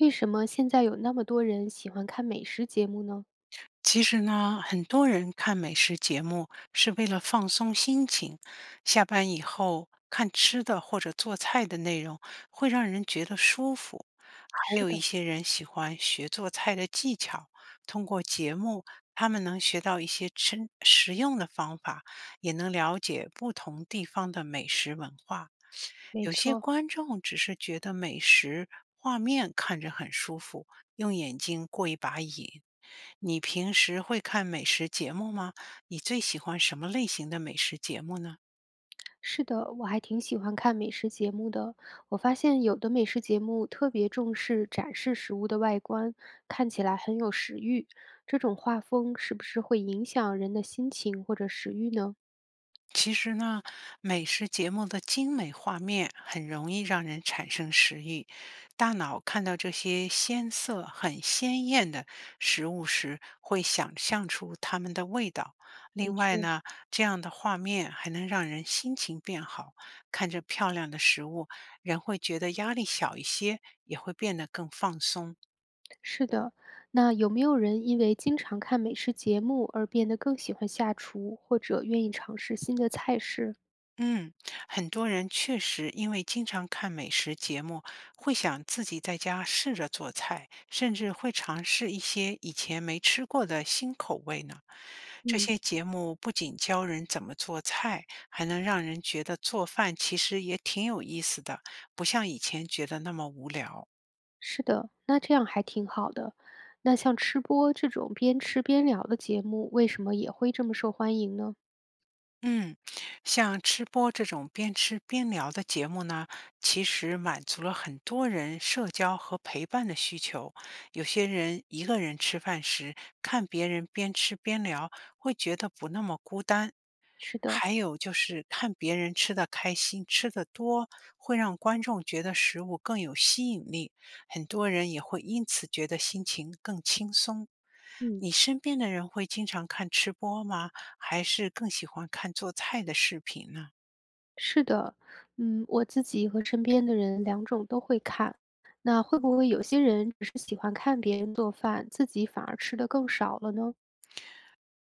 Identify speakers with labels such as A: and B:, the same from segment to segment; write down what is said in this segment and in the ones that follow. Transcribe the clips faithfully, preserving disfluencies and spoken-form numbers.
A: 为什么现在有那么多人喜欢看美食节目呢？
B: 其实呢，很多人看美食节目是为了放松心情，下班以后看吃的或者做菜的内容会让人觉得舒服。还
A: 是
B: 有一
A: 的，
B: 些人喜欢学做菜的技巧，通过节目，他们能学到一些吃实用的方法，也能了解不同地方的美食文化。
A: 没
B: 有些
A: 错，
B: 观众只是觉得美食画面看着很舒服，用眼睛过一把瘾。你平时会看美食节目吗？你最喜欢什么类型的美食节目呢？
A: 是的，我还挺喜欢看美食节目的。我发现有的美食节目特别重视展示食物的外观，看起来很有食欲。这种画风是不是会影响人的心情或者食欲呢？
B: 其实呢，美食节目的精美画面很容易让人产生食欲。大脑看到这些鲜色很鲜艳的食物时，会想象出它们的味道。
A: 的
B: 另外
A: 确，
B: 呢，这样的画面还能让人心情变好。看着漂亮的食物，人会觉得压力小一些，也会变得更放松。
A: 是的。那有没有人因为经常看美食节目而变得更喜欢下厨，或者愿意尝试新的菜式？
B: 嗯，很多人确实因为经常看美食节目，会想自己在家试着做菜，甚至会尝试一些以前没吃过的新口味呢。这
A: 嗯，
B: 些节目不仅教人怎么做菜，还能让人觉得做饭其实也挺有意思的，不像以前觉得那么无聊。
A: 是的，那这样还挺好的。那像吃播这种边吃边聊的节目，为什么也会这么受欢迎呢？
B: 嗯，像吃播这种边吃边聊的节目呢，其实满足了很多人社交和陪伴的需求。有些人一个人吃饭时，看别人边吃边聊，会觉得不那么孤单。
A: 是的，
B: 还有就是看别人吃的开心、吃的多，会让观众觉得食物更有吸引力，很多人也会因此觉得心情更轻松。
A: 嗯，
B: 你身边的人会经常看吃播吗？还是更喜欢看做菜的视频呢？
A: 是的，嗯，我自己和身边的人两种都会看。那会不会有些人只是喜欢看别人做饭，自己反而吃的更少了呢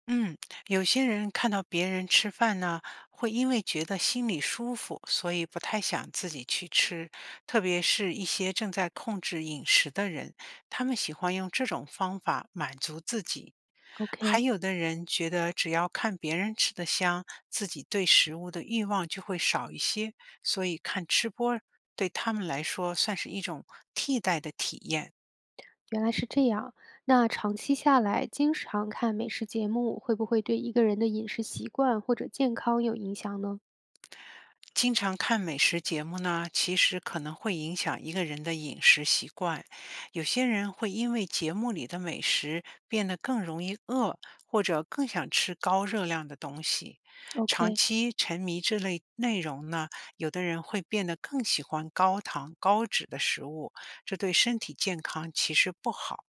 B: 嗯，有些人看到别人吃饭呢，会因为觉得心里舒服，所以不太想自己去吃。特别是一些正在控制饮食的人，他们喜欢用这种方法满足自己。还
A: ？OK，
B: 有的人觉得只要看别人吃的香，自己对食物的欲望就会少一些，所以看吃播对他们来说算是一种替代的体验。
A: 原来是这样。那长期下来，经常看美食节目，会不会对一个人的饮食习惯或者健康有影响呢
B: 经常看美食节目呢，其实可能会影响一个人的饮食习惯。有些人会因为节目里的美食变得更容易饿，或者更想吃高热量的东西。长
A: ？OK，
B: 期沉迷这类内容呢，有的人会变得更喜欢高糖、高脂的食物，这对身体健康其实不好。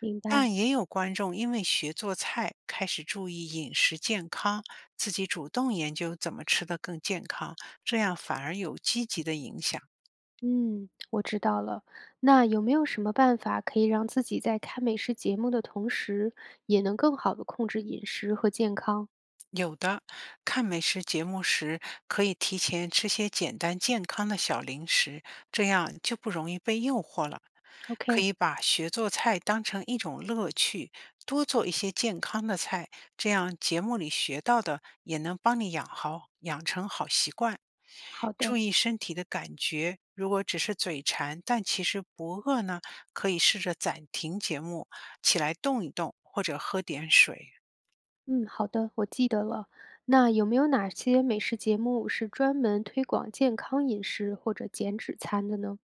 A: 明白。
B: 但也有观众因为学做菜，开始注意饮食健康，自己主动研究怎么吃得更健康，这样反而有积极的影响。
A: 嗯，我知道了。那有没有什么办法可以让自己在看美食节目的同时，也能更好的控制饮食和健康
B: 有的，看美食节目时，可以提前吃些简单健康的小零食，这样就不容易被诱惑了。可
A: ？OK，
B: 以把学做菜当成一种乐趣，多做一些健康的菜，这样节目里学到的也能帮你养好，养成好习惯。
A: 好
B: 注
A: 的，
B: 意身体的感觉，如果只是嘴馋，但其实不饿呢，可以试着暂停节目，起来动一动，或者喝点水。
A: 嗯，好的，我记得了。那有没有哪些美食节目是专门推广健康饮食或者减脂餐的呢？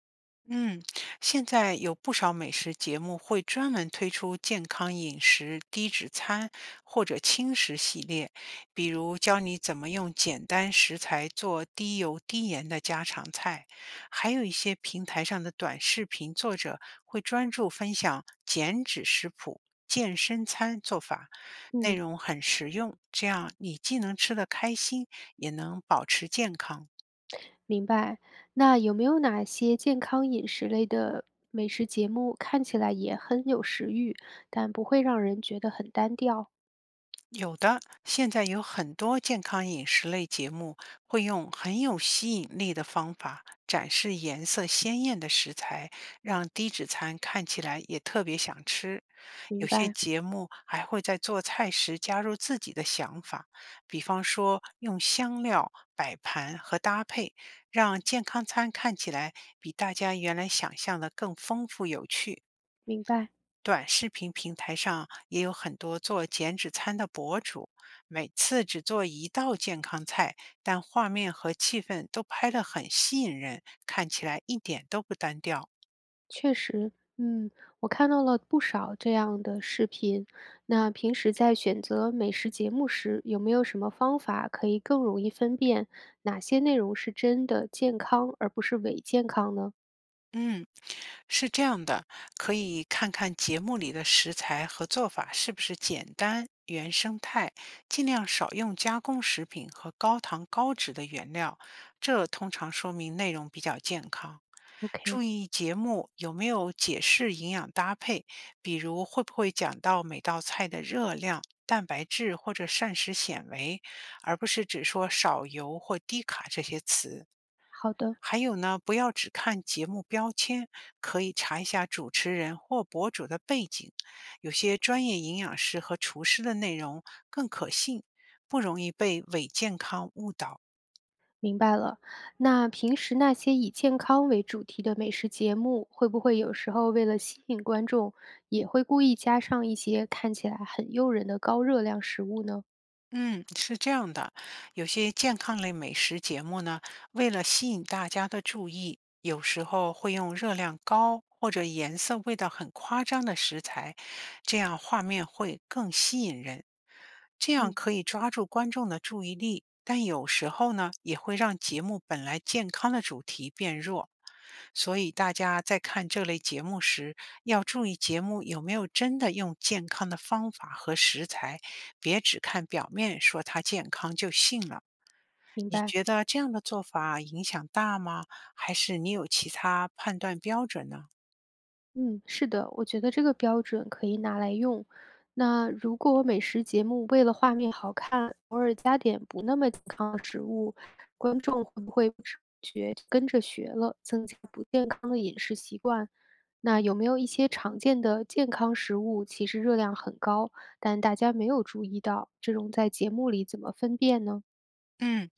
B: 嗯，现在有不少美食节目会专门推出健康饮食、低脂餐或者轻食系列，比如教你怎么用简单食材做低油低盐的家常菜。还有一些平台上的短视频作者会专注分享减脂食谱、健身餐做法，内
A: 嗯，
B: 容很实用，这样你既能吃得开心，也能保持健康。
A: 明白。那有没有哪些健康饮食类的美食节目看起来也很有食欲，但不会让人觉得很单调？
B: 有的，现在有很多健康饮食类节目会用很有吸引力的方法展示颜色鲜艳的食材，让低脂餐看起来也特别想吃。有
A: 明
B: 些
A: 白，
B: 节目还会在做菜时加入自己的想法，比方说用香料摆盘和搭配，让健康餐看起来比大家原来想象的更丰富有趣。
A: 明白。
B: 短视频平台上也有很多做减脂餐的博主，每次只做一道健康菜，但画面和气氛都拍得很吸引人，看起来一点都不单调。
A: 确实，嗯，我看到了不少这样的视频。那平时在选择美食节目时，有没有什么方法可以更容易分辨哪些内容是真的健康，而不是伪健康呢
B: 嗯，是这样的，可以看看节目里的食材和做法是不是简单、原生态，尽量少用加工食品和高糖高脂的原料，这通常说明内容比较健康。注
A: ？OK，
B: 意节目有没有解释营养搭配，比如会不会讲到每道菜的热量、蛋白质或者膳食纤维，而不是只说少油或低卡这些词。
A: 好的，
B: 还有呢，不要只看节目标签，可以查一下主持人或博主的背景，有些专业营养师和厨师的内容更可信，不容易被伪健康误导。
A: 明白了。那平时那些以健康为主题的美食节目，会不会有时候为了吸引观众，也会故意加上一些看起来很诱人的高热量食物呢？
B: 嗯，是这样的，有些健康类美食节目呢，为了吸引大家的注意，有时候会用热量高或者颜色、味道很夸张的食材，这样画面会更吸引人。这样
A: 嗯，
B: 可以抓住观众的注意力，但有时候呢，也会让节目本来健康的主题变弱。所以大家在看这类节目时，要注意节目有没有真的用健康的方法和食材，别只看表面说它健康就信了。
A: 明
B: 你
A: 白。
B: 觉得这样的做法影响大吗？还是你有其他判断标准呢？
A: 嗯，是的，我觉得这个标准可以拿来用。那如果美食节目为了画面好看，偶尔加点不那么健康的食物，观众会不会不知不觉就跟着学了，增加不健康的饮食习惯？那有没有一些常见的健康食物，其实热量很高，但大家没有注意到，这种在节目里怎么分辨呢？
B: 嗯，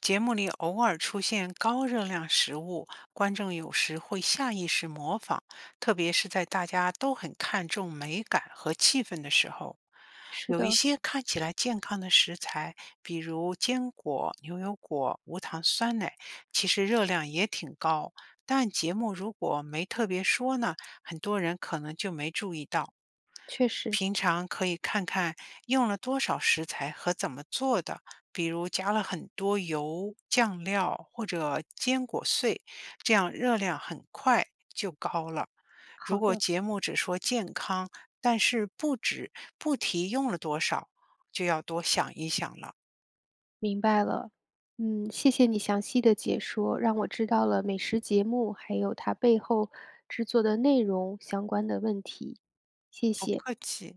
B: 节目里偶尔出现高热量食物，观众有时会下意识模仿，特别是在大家都很看重美感和气氛的时候。
A: 是
B: 有一
A: 的，
B: 些看起来健康的食材，比如坚果、牛油果、无糖酸奶，其实热量也挺高。但节目如果没特别说呢，很多人可能就没注意到。
A: 确实，
B: 平常可以看看用了多少食材和怎么做的，比如加了很多油、酱料或者坚果碎，这样热量很快就高了。如
A: 好
B: 果
A: 的。
B: 节目只说健康，但是不止不提用了多少，就要多想一想了。
A: 明白了，嗯，谢谢你详细的解说，让我知道了美食节目还有它背后制作的内容相关的问题，谢
B: 不
A: 谢。
B: 客气。